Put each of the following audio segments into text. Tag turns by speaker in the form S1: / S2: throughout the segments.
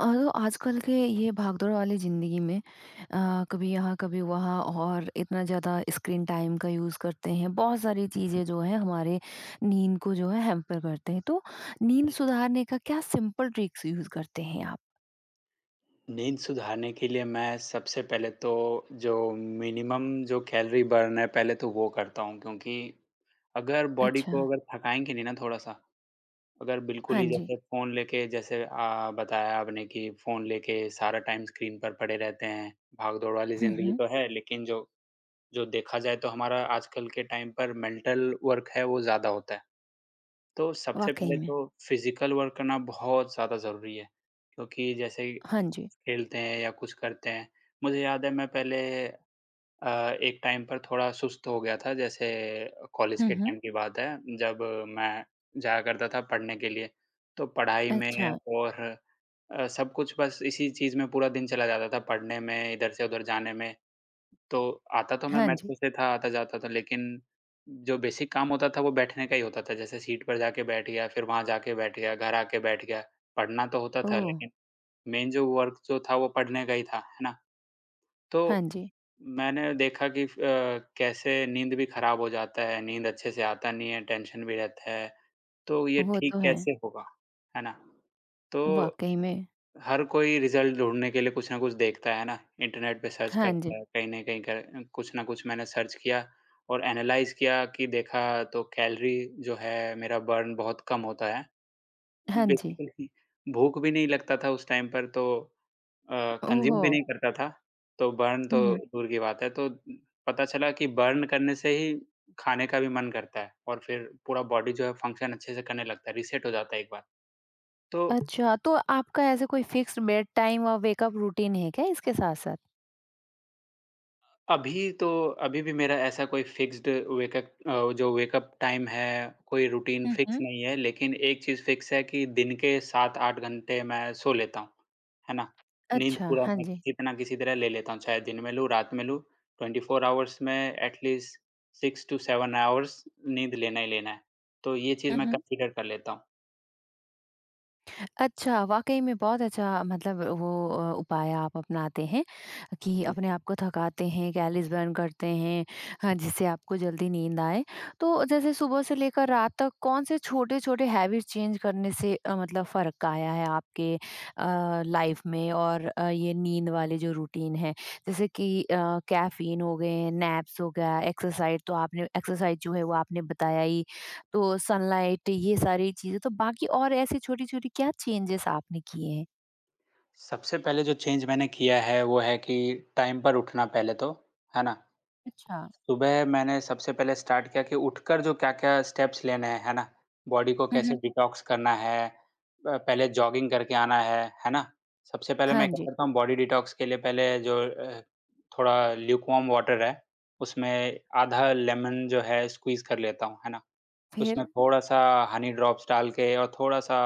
S1: और तो आजकल के ये भागदौड़ वाली ज़िंदगी में कभी यहाँ कभी वहाँ और इतना ज़्यादा स्क्रीन टाइम का यूज़ करते हैं। बहुत सारी चीज़ें जो हैं हमारे नींद को जो है हैम्पर करते हैं। तो नींद सुधारने का क्या सिंपल ट्रिक्स यूज़ करते हैं आप?
S2: नींद सुधारने के लिए मैं सबसे पहले तो जो मिनिमम जो कैलोरी बर्न है पहले तो वो करता हूँ क्योंकि अगर बॉडी
S1: अच्छा।
S2: को अगर थकाएँगे नहीं ना थोड़ा-सा, अगर बिल्कुल
S1: हाँ
S2: ही
S1: जी।
S2: जैसे फ़ोन लेके जैसे बताया आपने कि फ़ोन लेके सारा टाइम स्क्रीन पर पड़े रहते हैं, भाग-दौड़ वाली
S1: हुँ,
S2: ज़िंदगी
S1: हुँ।
S2: तो है लेकिन जो जो देखा जाए तो हमारा आजकल के टाइम पर मेंटल वर्क है वो ज़्यादा होता है। तो सबसे
S1: वाक़ई
S2: पहले
S1: में।
S2: तो फिज़िकल वर्क करना बहुत ज़्यादा ज़रूरी है, क्योंकि जैसे
S1: हाँ जी।
S2: खेलते हैं या कुछ करते हैं। मुझे याद है मैं पहले अ, एक टाइम पर थोड़ा सुस्त हो गया था जैसे कॉलेज
S1: हुँ,
S2: के
S1: हुँ।
S2: टाइम की बात है जब मैं जाया करता था पढ़ने के लिए, तो पढ़ाई में
S1: अच्छा।
S2: और सब कुछ बस इसी चीज़ में पूरा दिन चला जाता था पढ़ने में, इधर से उधर जाने में। तो आता तो मैं
S1: हाँ जी।
S2: मेट्रो से था, आता-जाता था लेकिन जो बेसिक काम होता था वो बैठने का ही होता था। जैसे सीट पर जाके बैठ गया, फिर वहाँ जाके बैठ गया, घर आके बैठ गया। पढ़ना तो होता था
S1: ओह!
S2: लेकिन मेन जो वर्क जो था वो पढ़ने का ही था, है ना? तो
S1: हाँ जी।
S2: मैंने देखा कि कैसे नींद भी खराब हो जाता है, नींद अच्छे से आता नहीं है, टेंशन भी रहता है, तो ये
S1: वो
S2: ठीक
S1: तो है।
S2: कैसे होगा, है ना? तो
S1: वाक़ई में।
S2: हर कोई रिज़ल्ट ढूँढने के लिए कुछ ना कुछ देखता है ना, इंटरनेट पे सर्च
S1: हाँ
S2: करता
S1: जी।
S2: है, कहीं न कहीं कर कुछ ना कुछ मैंने सर्च किया और एनालाइज़ किया कि देखा तो कैलोरी जो है मेरा बर्न बहुत कम होता है।
S1: हाँ जी।
S2: बेसिकली भूख भी नहीं लगता था उस टाइम पर तो कंज़्यूम
S1: ओहो!
S2: भी नहीं करता था, तो बर्न तो
S1: हुँ, हुँ।
S2: दूर की बात है। तो पता चला कि बर्न करने से ही खाने का भी मन करता है और फिर पूरा बॉडी जो है फंक्शन अच्छे से करने लगता है, रीसेट हो जाता है एक बार। तो
S1: अच्छा, तो आपका ऐसे कोई फिक्स्ड बेड टाइम और वेकअप रूटीन है क्या इसके साथ-साथ?
S2: तो अभी भी मेरा ऐसा कोई फ़िक्स्ड वेकअप जो वेकअप टाइम है, कोई रूटीन
S1: हुँ,
S2: फ़िक्स
S1: हुँ।
S2: नहीं है, लेकिन एक चीज़ फ़िक्स है कि दिन के 7-8 घंटे मैं सो लेता हूँ, है ना? नींद
S1: अच्छा,
S2: पूरा
S1: हाँ
S2: मैं
S1: जी।
S2: किसी ना किसी तरह ले लेता हूँ, चाहे दिन में लूँ, रात में लूँ, 24 आवर्स में एट लीस्ट 6 टू 7 आवर्स नींद लेना ही लेना है। तो ये चीज़
S1: हुँ,
S2: मैं
S1: हुँ।
S2: कंसीडर कर लेता हूँ।
S1: अच्छा, वाक़ई में बहुत अच्छा मतलब वो उपाय आप अपनाते हैं कि अपने आप को थकाते हैं, कैलोरीज़ बर्न करते हैं। हाँ, जिससे आपको जल्दी नींद आए। तो जैसे सुबह से लेकर रात तक कौन से छोटे-छोटे हैबिट चेंज करने से मतलब फ़र्क आया है आपके लाइफ़ में और ये नींद वाले जो रूटीन है? जैसे कि कैफ़ीन हो गए, नैप्स हो गया, एक्सरसाइज़ तो आपने एक्सरसाइज़ जो है वो आपने बताया ही। तो सनलाइट ये सारी चीज़ें तो बाकी और ऐसी छोटी-छोटी क्या चेंजेस आपने किए हैं?
S2: सबसे पहले जो चेंज मैंने किया है, वो है कि टाइम पर उठना पहले तो, है ना?
S1: अच्छा।
S2: सुबह मैंने सबसे पहले स्टार्ट किया कि उठकर जो क्या-क्या स्टेप्स लेने हैं, है ना? बॉडी को
S1: हुँ,
S2: कैसे
S1: हुँ।
S2: डिटॉक्स करना है, पहले जॉगिंग करके आना है ना? सबसे पहले
S1: हाँ
S2: मैं क्या
S1: जी।
S2: करता हूँ बॉडी डिटॉक्स के लिए पहले जो थोड़ा ल्यूकवार्म वाटर है, उसमें आधा लेमन जो है स्क्वीज़ कर लेता हूँ, है ना?
S1: फिर?
S2: उसमें थोड़ा-सा हनी ड्रॉप्स डाल के और थोड़ा-सा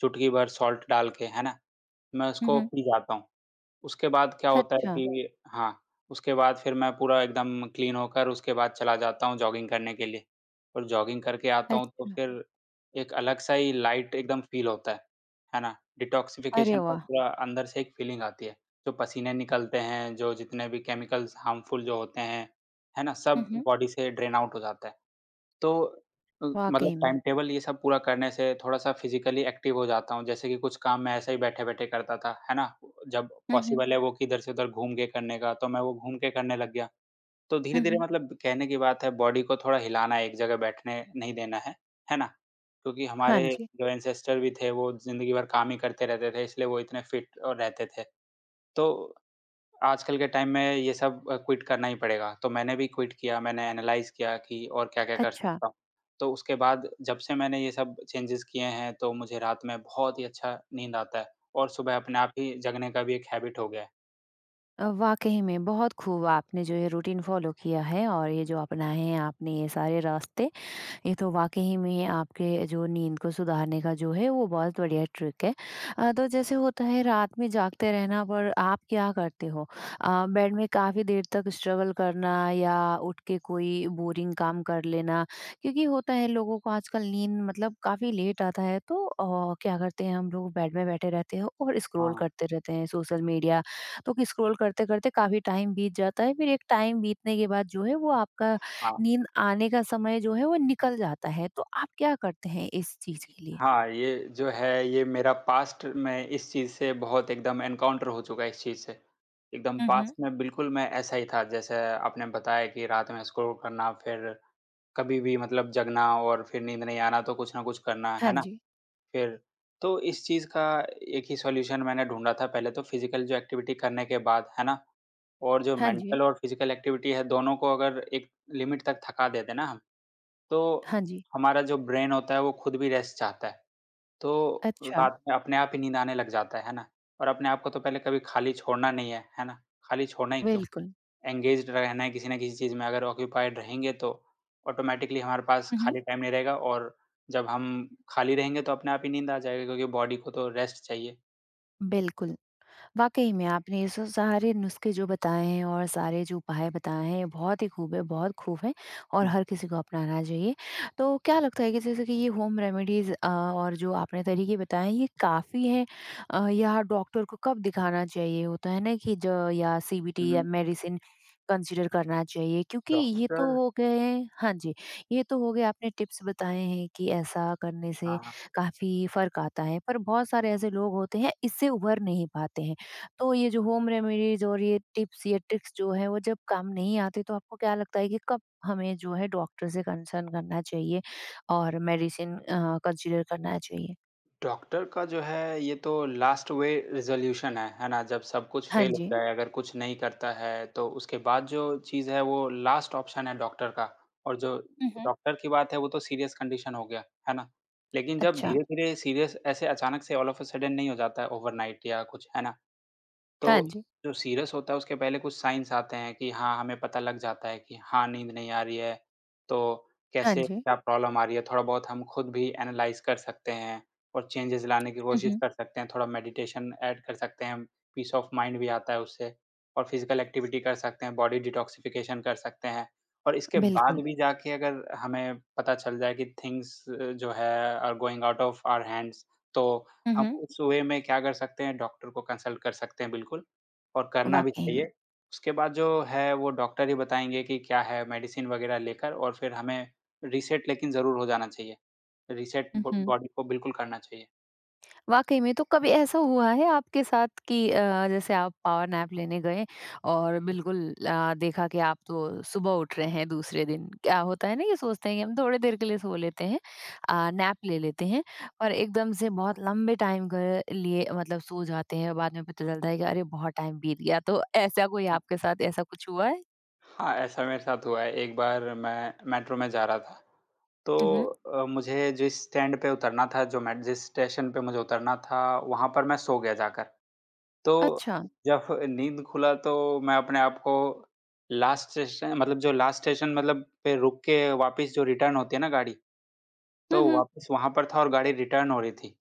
S2: चुटकी भर सॉल्ट डाल के, है ना? मैं
S1: हुँ,
S2: उसको
S1: हुँ।
S2: पी जाता हूँ। उसके बाद क्या होता है
S1: अच्छा।
S2: कि हाँ, उसके बाद फिर मैं पूरा एकदम क्लीन होकर उसके बाद चला जाता हूँ जॉगिंग करने के लिए और जॉगिंग करके आता हूँ तो
S1: अच्छा।
S2: फिर एक अलग सा ही लाइट एकदम फ़ील होता है ना?
S1: अरे
S2: डिटॉक्सिफ़िकेशन का
S1: वाह!
S2: पूरा अंदर से एक फ़ीलिंग आती है, जो पसीने निकलते हैं, जो जितने भी केमिकल्स हार्मफुल जो होते हैं, है ना?
S1: हुँ,
S2: सब
S1: हुँ।
S2: बॉडी से ड्रेन आउट हो जाता है। तो मतलब
S1: वाक़ई में।
S2: टाइम टेबल ये सब पूरा करने से थोड़ा-सा फिज़िकली एक्टिव हो जाता हूँ, जैसे कि कुछ काम मैं ऐसे ही बैठे-बैठे करता था, है ना? जब
S1: हुँ, हुँ।
S2: पॉसिबल है वो कि इधर से उधर घूम के करने का, तो मैं वो घूम के करने लग गया। तो
S1: हुँ,
S2: धीरे-धीरे
S1: हुँ।
S2: मतलब कहने की बात है बॉडी को थोड़ा हिलाना है, एक जगह बैठने नहीं देना है ना? क्योंकि
S1: हाँ
S2: हमारे
S1: जी।
S2: जो एंसेस्टर भी थे, वो ज़िंदगी भर काम ही करते रहते थे, इसलिए वो इतने फिट और रहते थे। तो आजकल के टाइम में ये सब क्विट करना ही पड़ेगा, तो मैंने भी क्विट किया, मैंने एनालाइज़ किया कि और क्या-क्या कर
S1: अच्छा।
S2: सकता हूँ। तो उसके बाद जब से मैंने ये सब चेंजेज़ किए हैं, तो मुझे रात में बहुत ही अच्छा नींद आता है और सुबह अपने आप ही जगने का भी एक हैबिट हो गया है।
S1: वाक़ई में बहुत खूब आपने जो ये रूटीन फ़ॉलो किया है और ये जो अपनाए हैं आपने ये सारे रास्ते। ये तो वाक़ई में आपके जो नींद को सुधारने का जो है वो बहुत बढ़िया ट्रिक है। तो जैसे होता है रात में जागते रहना पर आप क्या करते हो? बेड में काफ़ी देर तक स्ट्रगल करना या उठ के कोई बोरिंग काम कर लेना? क्योंकि होता है लोगों को आजकल नींद मतलब काफ़ी लेट आता है तो क्या करते हैं हम लोग बेड में बैठे रहते हैं और स्क्रॉल
S2: हाँ,
S1: करते रहते हैं सोशल मीडिया। तो स्क्रॉल करते-करते काफ़ी टाइम बीत जाता है फिर एक टाइम बीतने के बाद जो है वो आपका
S2: हाँ।
S1: नींद आने का समय जो है वो निकल जाता है, तो आप क्या करते हैं इस चीज़ के लिए?
S2: हाँ, ये जो है, ये मेरा पास्ट में इस चीज़ से बहुत एकदम एनकाउंटर हो चुका है इस चीज़ से। एकदम
S1: हुँ, हुँ।
S2: पास्ट में बिल्कुल मैं ऐसा ही था, जैसे आपने बताया कि रात में स्क्रॉल करना फिर कभी भी मतलब जगना और फिर नींद नहीं आना तो कुछ ना कुछ करना,
S1: हाँ
S2: है ना?
S1: जी,
S2: फिर तो इस चीज़ का एक ही सॉल्यूशन मैंने ढूँढा था पहले तो फिज़िकल जो एक्टिविटी करने के बाद, है ना? और जो
S1: हाँ जी,
S2: मेंटल और फिज़िकल एक्टिविटी है दोनों को अगर एक लिमिट तक थका देते ना हम, तो
S1: हाँ जी।
S2: हमारा जो ब्रेन होता है वो खुद भी रेस्ट चाहता है। तो
S1: अच्छा,
S2: रात में अपने आप ही नींद आने लग जाता है ना? और अपने आप को तो पहले कभी खाली छोड़ना नहीं है, है ना? खाली छोड़ना ही क्यों?
S1: बिल्कुल।
S2: एंगेज्ड रहना है किसी न किसी चीज़ में अगर ऑक्यूपाइड रहेंगे तो ऑटोमैटिकली हमारे पास
S1: हुँ, हुँ।
S2: खाली टाइम नहीं रहेगा और जब हम खाली रहेंगे तो अपने आप ही नींद आ जाएगा क्योंकि बॉडी को तो रेस्ट चाहिए।
S1: बिल्कुल। वाकई में आपने ये सो सारे नुस्खे जो बताए हैं और सारे जो उपाय बताए हैं बहुत ही खूब है, बहुत खूब है और
S2: हुँ,
S1: हर किसी को अपनाना चाहिए। तो क्या लगता है कि जैसे कि ये होम रेमेडीज़ और जो आपने तरीके बताए हैं ये काफ़ी हैं, या डॉक्टर को कब दिखाना चाहिए? होता है ना कि ज या सीबीटी या
S2: हुँ,
S1: मेडिसिन कंसीडर करना चाहिए क्योंकि ये तो
S2: डॉक्टर
S1: हो गए हैं। हाँ जी, ये तो हो गए आपने टिप्स बताए हैं कि ऐसा करने से
S2: हाँ,
S1: काफ़ी फ़र्क आता है। पर बहुत सारे ऐसे लोग होते हैं इससे उभर नहीं पाते हैं। तो ये जो होम रेमेडीज और ये टिप्स ये ट्रिक्स जो है वो जब काम नहीं आते तो आपको क्या लगता है कि कब हमें जो है डॉक्टर से कंसर्न करना चाहिए और मेडिसिन कंसीडर करना चाहिए?
S2: डॉक्टर का जो है ये तो लास्ट वे रिज़ॉल्यूशन है ना? जब सब कुछ
S1: हाँ
S2: फ़ेल हो
S1: जी।
S2: जाए अगर कुछ नहीं करता है तो उसके बाद जो चीज़ है वो लास्ट ऑप्शन है डॉक्टर का और जो
S1: हुँ।
S2: डॉक्टर की बात है वो तो सीरियस कंडीशन हो गया, है ना? लेकिन जब
S1: अच्छा।
S2: धीरे-धीरे सीरियस ऐसे अचानक से ऑल ऑफ अ सडन नहीं हो जाता है ओवरनाइट या कुछ, है ना? तो
S1: हाँ जी,
S2: जो सीरियस होता है उसके पहले कुछ साइन्स आते हैं कि हाँ, हमें पता लग जाता है कि हाँ, नींद नहीं आ रही है, तो
S1: हाँ
S2: कैसे
S1: जी।
S2: क्या प्रॉब्लम आ रही है, थोड़ा-बहुत हम खुद भी एनालाइज़ कर सकते हैं और चेंजेस लाने की
S1: हुँ,
S2: कोशिश
S1: हुँ।
S2: कर सकते हैं, थोड़ा मेडिटेशन ऐड कर सकते हैं, पीस ऑफ माइंड भी आता है उससे और फिज़िकल एक्टिविटी कर सकते हैं, बॉडी डिटॉक्सिफ़िकेशन कर सकते हैं और इसके बाद
S1: बिल्कुल,
S2: भी जाके अगर हमें पता चल जाए कि थिंग्स जो है are going out of our hands तो
S1: हुँ,
S2: हम
S1: हुँ।
S2: उस वे में क्या कर सकते हैं डॉक्टर को कंसल्ट कर सकते हैं बिल्कुल और करना भी
S1: वाक़ई में।
S2: चाहिए। उसके बाद जो है वो डॉक्टर ही बताएँगे कि क्या है मेडिसिन वग़ैरह लेकर और फिर हमें रीसेट लेकिन ज़रूर हो जाना चाहिए। रीसेट
S1: हुँ,
S2: बॉ
S1: हुँ।
S2: बॉडी को बिल्कुल करना चाहिए।
S1: वाक़ई में, तो कभी ऐसा हुआ है आपके साथ कि जैसे आप पावर नैप लेने गए और बिल्कुल देखा कि आप तो सुबह उठ रहे हैं दूसरे दिन। क्या होता है ना ये सोचते हैं कि हम थोड़ी देर के लिए सो लेते हैं, नैप ले लेते हैं और एकदम से बहुत लंबे टाइम के लिए मतलब सो जाते हैं और बाद में पता चलता है कि अरे! बहुत टाइम बीत गया। तो ऐसा कोई आपके साथ ऐसा कुछ हुआ है?
S2: हाँ, ऐसा मेरे साथ हुआ है। एक बार मैं मेट्रो में जा रहा था, तो
S1: हुँ, हुँ।
S2: मुझे जिस स्टैंड पे उतरना था जो मैं जिस स्टेशन पे मुझे उतरना था, वहाँ पर मैं सो गया जाकर। तो
S1: अच्छा।
S2: जब नींद खुला तो मैं अपने आप को लास्ट स्टेशन मतलब जो लास्ट स्टेशन मतलब पे रुक के वापस जो रिटर्न होती है ना गाड़ी,
S1: हुँ,
S2: तो
S1: हुँ।
S2: वापस वहाँ पर था और गाड़ी रिटर्न हो रही थी।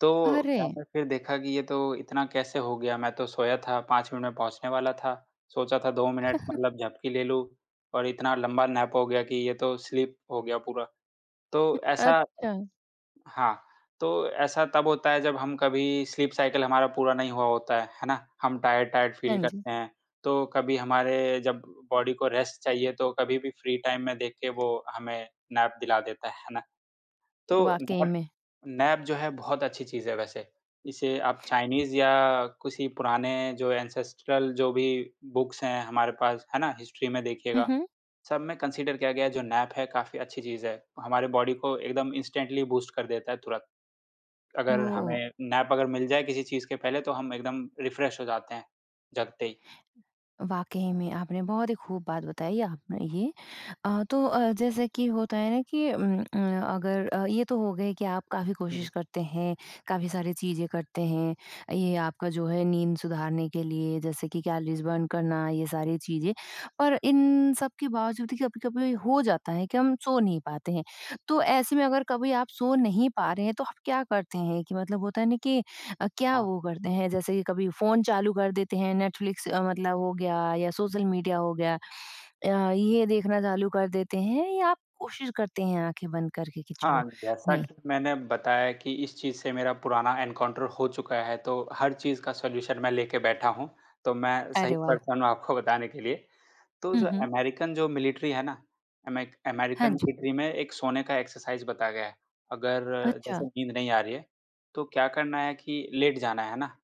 S2: तो
S1: अरे!
S2: मैंने फिर देखा कि ये तो इतना कैसे हो गया? मैं तो सोया था, 5 मिनट में पहुँचने वाला था। सोचा था 2 मिनट मतलब झपकी ले लूँ और इतना लंबा नैप हो गया कि ये तो स्लीप हो गया पूरा। तो ऐसा
S1: अच्छा।
S2: हाँ, तो ऐसा तब होता है जब हम कभी स्लीप साइकिल हमारा पूरा नहीं हुआ होता है ना? हम टायर्ड-टायर्ड फील
S1: हाँ जी,
S2: करते हैं, तो कभी हमारे जब बॉडी को रेस्ट चाहिए तो कभी भी फ्री टाइम में देख के वो हमें नैप दिला देता है ना? तो
S1: वाक़ई
S2: नैप
S1: में।
S2: नैप जो है बहुत अच्छी चीज़ है वैसे। इसे आप चाइनीज़ या किसी पुराने जो एंसेस्ट्रल जो भी बुक्स हैं हमारे पास, है ना? हिस्ट्री में
S1: हुँ,
S2: देखिएगा,
S1: हुँ।
S2: सब में कंसीडर किया गया है जो नैप है काफ़ी अच्छी चीज़ है। हमारे बॉडी को एकदम इंस्टेंटली बूस्ट कर देता है तुरंत। अगर
S1: ओह!
S2: हमें नैप अगर मिल जाए किसी चीज़ के पहले तो हम एकदम रिफ्रेश हो जाते हैं, जगते ही।
S1: वाक़ई में आपने बहुत ही खूब बात बताई आपने ये। तो जैसे कि होता है ना कि अगर ये तो हो गए कि आप काफ़ी
S2: हुँ।
S1: कोशिश करते हैं, काफ़ी सारी चीज़ें करते हैं। ये आपका जो है नींद सुधारने के लिए जैसे कि कैलोरीज़ बर्न करना ये सारी चीज़ें। पर इन सब के बावजूद भी कभी-कभी हो जाता है कि हम सो नहीं पाते हैं। तो ऐसे में अगर कभी आप सो नहीं पा रहे हैं तो आप क्या करते हैं? कि मतलब होता है ना कि क्या
S2: हाँ,
S1: वो करते हैं जैसे कि कभी फ़ोन चालू कर देते हैं, नेटफ्लिक्स मतलब हो गया या सोशल मीडिया हो गया, ये देखना चालू कर देते हैं या आप कोशिश करते हैं आँखें बंद करके कि
S2: हाँ,
S1: चलो
S2: जैसा
S1: नहीं?
S2: कि मैंने बताया कि इस चीज़ से मेरा पुराना एनकाउंटर हो चुका है, तो हर चीज़ का सॉल्यूशन मैं लेके बैठा हूँ, तो मैं सही
S1: अरे वाह!
S2: पर्सन हूँ आपको बताने के लिए। तो
S1: हुँ,
S2: जो
S1: हुँ।
S2: अमेरिकन जो मिलिट्री है ना, अमेक
S1: हाँ
S2: अमेरिकन
S1: जी।
S2: मिलिट्री में एक सोने का एक्सरसाइज़ बताया गया है। अगर
S1: अच्छा।
S2: जैसे नींद नहीं आ रही है, तो क्या करना है कि लेट जाना है ना,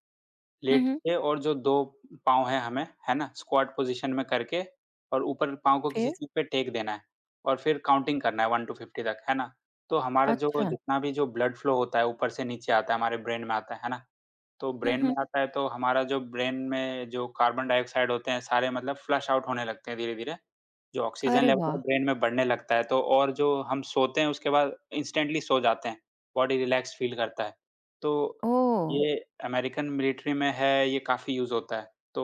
S1: हुँ,
S2: लेट
S1: हुँ।
S2: के और जो 2 पाँव हैं हमें, है ना? स्क्वाट पोज़ीशन में करके और ऊपर पाँव को किसी
S1: फिर?
S2: चीज़ पे टेक देना है और फिर काउंटिंग करना है 1 टू 50 तक, है ना? तो हमारा जो
S1: अच्छा।
S2: जितना भी जो ब्लड फ्लो होता है, ऊपर से नीचे आता है, हमारे ब्रेन में आता है ना? तो
S1: हुँ,
S2: ब्रेन में
S1: हुँ।
S2: आता है, तो हमारा जो ब्रेन में जो कार्बन डाइऑक्साइड होते हैं, सारे फ्लश आउट होने लगते हैं धीरे-धीरे। जो ऑक्सीजन
S1: अरे
S2: लेवल
S1: वाह!
S2: है ब्रेन में बढ़ने लगता है, तो और जो हम सोते हैं उसके बाद इंस्टेंटली सो जाते हैं, बॉडी रिलैक्स फ़ील करता है। तो
S1: ओह!
S2: ये अमेरिकन मिलिट्री में है, ये काफ़ी यूज़ होता है, तो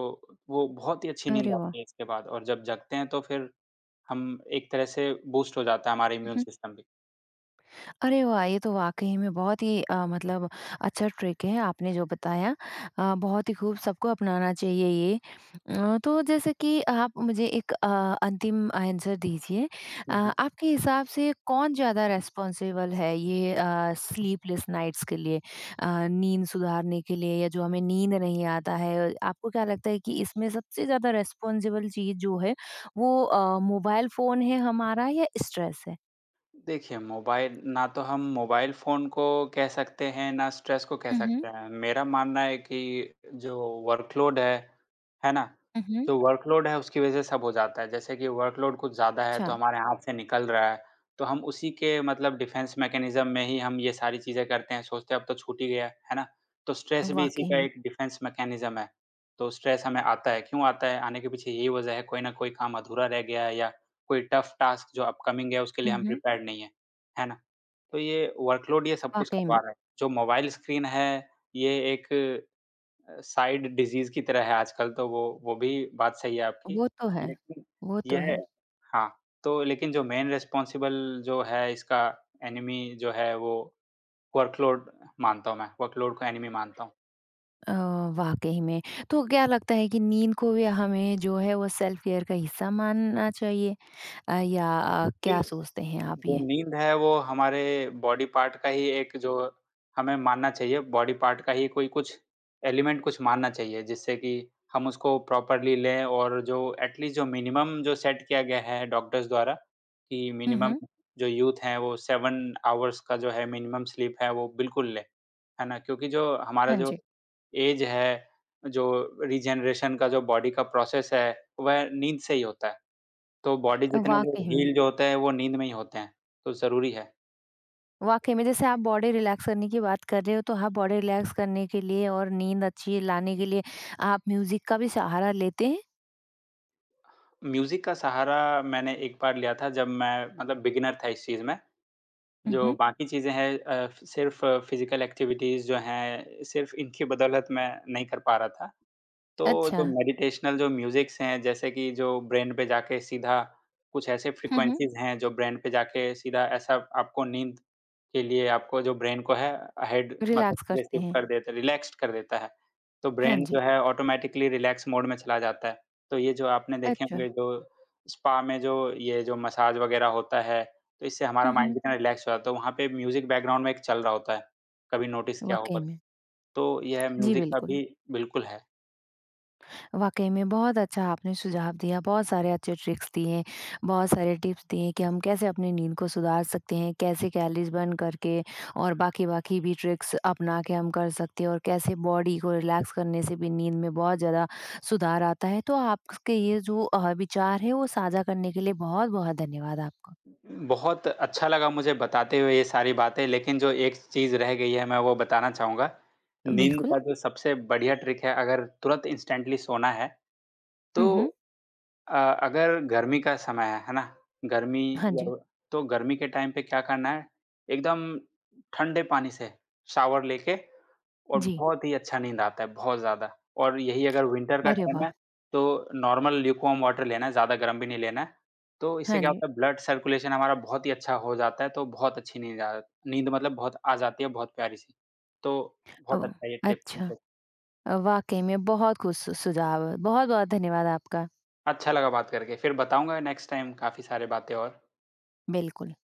S2: वो बहुत ही अच्छी नींद
S1: अरे वाह!
S2: आती है इसके बाद और जब जगते हैं तो फिर हम एक तरह से बूस्ट हो जाता है हमारा
S1: हुँ,
S2: इम्यून
S1: हुँ।
S2: सिस्टम भी।
S1: अरे वाह! ये तो वाक़ई में बहुत ही मतलब अच्छा ट्रिक है आपने जो बताया। बहुत ही खूब सबको अपनाना चाहिए ये। तो जैसे कि आप मुझे एक अंतिम आंसर दीजिए।
S2: हुँ, हुँ।
S1: आपके हिसाब से कौन ज़्यादा रिस्पॉन्सिबल है ये स्लीपलेस नाइट्स के लिए? नींद सुधारने के लिए या जो हमें नींद नहीं आता है, आपको क्या लगता है कि इसमें सबसे ज़्यादा रिस्पॉन्सिबल चीज़ जो है वो मोबाइल फ़ोन है हमारा या स्ट्रेस है?
S2: देखिए, मोबाइल ना तो हम मोबाइल फ़ोन को कह सकते हैं, ना स्ट्रेस को कह
S1: हुँ,
S2: सकते
S1: हुँ।
S2: हैं। मेरा मानना है कि जो वर्कलोड है ना?
S1: हुँ, हुँ।
S2: जो वर्कलोड है उसकी वज़ह से सब हो जाता है। जैसे कि वर्कलोड कुछ ज़्यादा है तो
S1: अच्छा।
S2: हमारे हाथ से निकल रहा है, तो हम उसी के डिफेंस मैकेनिज़्म में ही हम ये सारी चीज़ें करते हैं, सोचते हैं अब तो छूट ही गया, है ना? तो स्ट्रेस भी इसी
S1: वाक़ई
S2: का
S1: में।
S2: एक डिफेंस मैकेनिज़्म है। तो स्ट्रेस हमें आता है, क्यों आता है? आने के पीछे यही वज़ह है कोई न कोई काम अधूरा रह गया है या कोई टफ टास्क जो अपकमिंग है उसके लिए हम
S1: उहुँ।
S2: प्रिपेयर्ड नहीं है, है ना? तो ये वर्कलोड ये सब कुछ
S1: वाक़ई
S2: करवा
S1: में,
S2: रहा है। जो मोबाइल स्क्रीन है ये एक साइड डिज़ीज़ की तरह है आजकल। तो वो भी बात सही है आपकी।
S1: वो तो है,
S2: लेकिन
S1: वो तो
S2: यह
S1: है।
S2: हाँ, तो लेकिन जो मेन रिस्पॉन्सिबल जो है इसका एनिमी जो है वो वर्कलोड मानता हूँ मैं, वर्कलोड को एनिमी मानता हूँ।
S1: अ, वाक़ई में। तो क्या लगता है कि नींद को भी हमें जो है वो सेल्फ केयर का हिस्सा मानना चाहिए, या
S2: बिल
S1: क्या सोचते हैं आप
S2: जो
S1: ये?
S2: नींद है वो हमारे बॉडी पार्ट का ही एक जो हमें मानना चाहिए, बॉडी पार्ट का ही कोई कुछ एलिमेंट कुछ मानना चाहिए जिससे कि हम उसको प्रॉपरली लें। और जो एट लीस्ट जो मिनिमम जो सेट किया गया है डॉक्टर्स द्वारा कि मिनिमम
S1: उहुँ।
S2: जो यूथ हैं वो 7 घंटे आवर्स का जो है मिनिमम स्लीप है वो बिल्कुल लें, है ना? क्योंकि जो हमारा
S1: हाँ
S2: जो
S1: जी।
S2: एज है, जो रीजनरेशन का जो बॉडी का प्रोसेस है वह नींद से ही होता है। तो बॉडी
S1: अ,
S2: जितने जो
S1: वाक़ई में
S2: हील जो होते हैं वो नींद में ही होते हैं, तो ज़रूरी है।
S1: वाक़ई में, जैसे आप बॉडी रिलैक्स करने की बात कर रहे हो तो आप बॉडी रिलैक्स करने के लिए और नींद अच्छी लाने के लिए आप म्यूज़िक का भी सहारा लेते हैं?
S2: म्यूज़िक का सहारा मैंने एक बार लिया था जब मैं बिगिनर था इस चीज़ में, जो
S1: उहुँ।
S2: बाकी चीज़ें हैं सिर्फ़ फिज़िकल एक्टिविटीज़ जो हैं, सिर्फ़ इनकी बदौलत मैं नहीं कर पा रहा था। तो
S1: अच्छा।
S2: जो मेडिटेशनल जो म्यूज़िक्स हैं, जैसे कि जो ब्रेन पे जाके सीधा कुछ ऐसे
S1: हुँ, हुँ।
S2: फ्रीक्वेंसीज़ हैं, जो ब्रेन पे जाके सीधा ऐसा आपको नींद के लिए आपको जो ब्रेन को है हेड
S1: रिलैक्स करते
S2: रिसीव
S1: हैं।
S2: कर देता है, रिलैक्स्ड कर देता है। तो
S1: हाँ
S2: ब्रेन जो
S1: जी।
S2: है ऑटोमैटिकली रिलैक्स मोड में चला जाता है। तो ये जो आपने देखे
S1: अच्छा।
S2: होंगे जो स्पा में जो ये जो मसाज वगैरह होता है, तो इससे हमारा
S1: हुँ,
S2: माइंड
S1: हुँ।
S2: कितना रिलैक्स हो जाता है। तो वहाँ पे म्यूज़िक बैकग्राउंड में एक चल रहा होता है, कभी नोटिस किया
S1: वाक़ई
S2: होगा।
S1: में।
S2: तो यह
S1: जी,
S2: म्यूज़िक का
S1: बिल्कुल।
S2: भी बिल्कुल है।
S1: वाक़ई में बहुत अच्छा आपने सुझाव दिया, बहुत सारे अच्छे ट्रिक्स दिए, बहुत सारे टिप्स दिए कि हम कैसे अपनी नींद को सुधार सकते हैं, कैसे कैलोरीज़ बर्न करके और बाकी-बाकी भी ट्रिक्स अपना के हम कर सकते हैं और कैसे बॉडी को रिलैक्स करने से भी नींद में बहुत ज़्यादा सुधार आता है। तो आपके ये जो विचार है वो साझा करने के लिए बहुत-बहुत धन्यवाद आपका।
S2: बहुत अच्छा लगा मुझे बताते हुए ये सारी बातें, लेकिन जो एक चीज़ रह गई है मैं वो बताना चाहूँगा। नींद
S1: बिल्कुल।
S2: का जो सबसे बढ़िया ट्रिक है अगर तुरंत इंस्टेंटली सोना है,
S1: हुँ, हुँ।
S2: तो अ, अगर गर्मी का समय है ना? गर्मी
S1: हाँ
S2: या
S1: जी।
S2: तो गर्मी के टाइम पे क्या करना है, एकदम ठंडे पानी से शावर लेके और
S1: जी।
S2: बहुत ही अच्छा नींद आता है, बहुत ज़्यादा। और यही अगर विंटर का
S1: अरे
S2: टाइम
S1: वाह!
S2: है, तो नॉर्मल ल्यूकवार्म वाटर लेना है, ज़्यादा गर्म भी नहीं लेना है। तो इससे
S1: हाँ
S2: क्या
S1: जी।
S2: होता है ब्लड सर्कुलेशन हमारा बहुत ही अच्छा हो जाता है, तो बहुत अच्छी नींद आ नींद बहुत आ जाती है, बहुत प्यारी-सी। तो बहुत
S1: ओह!
S2: अच्छा है ये ट्रिप।
S1: अच्छा। वाक़ई में बहुत कुछ सु सुझाव बहुत-बहुत धन्यवाद आपका।
S2: अच्छा लगा बात करके, फिर बताऊँगा नेक्स्ट टाइम काफ़ी सारी बातें और।
S1: बिल्कुल।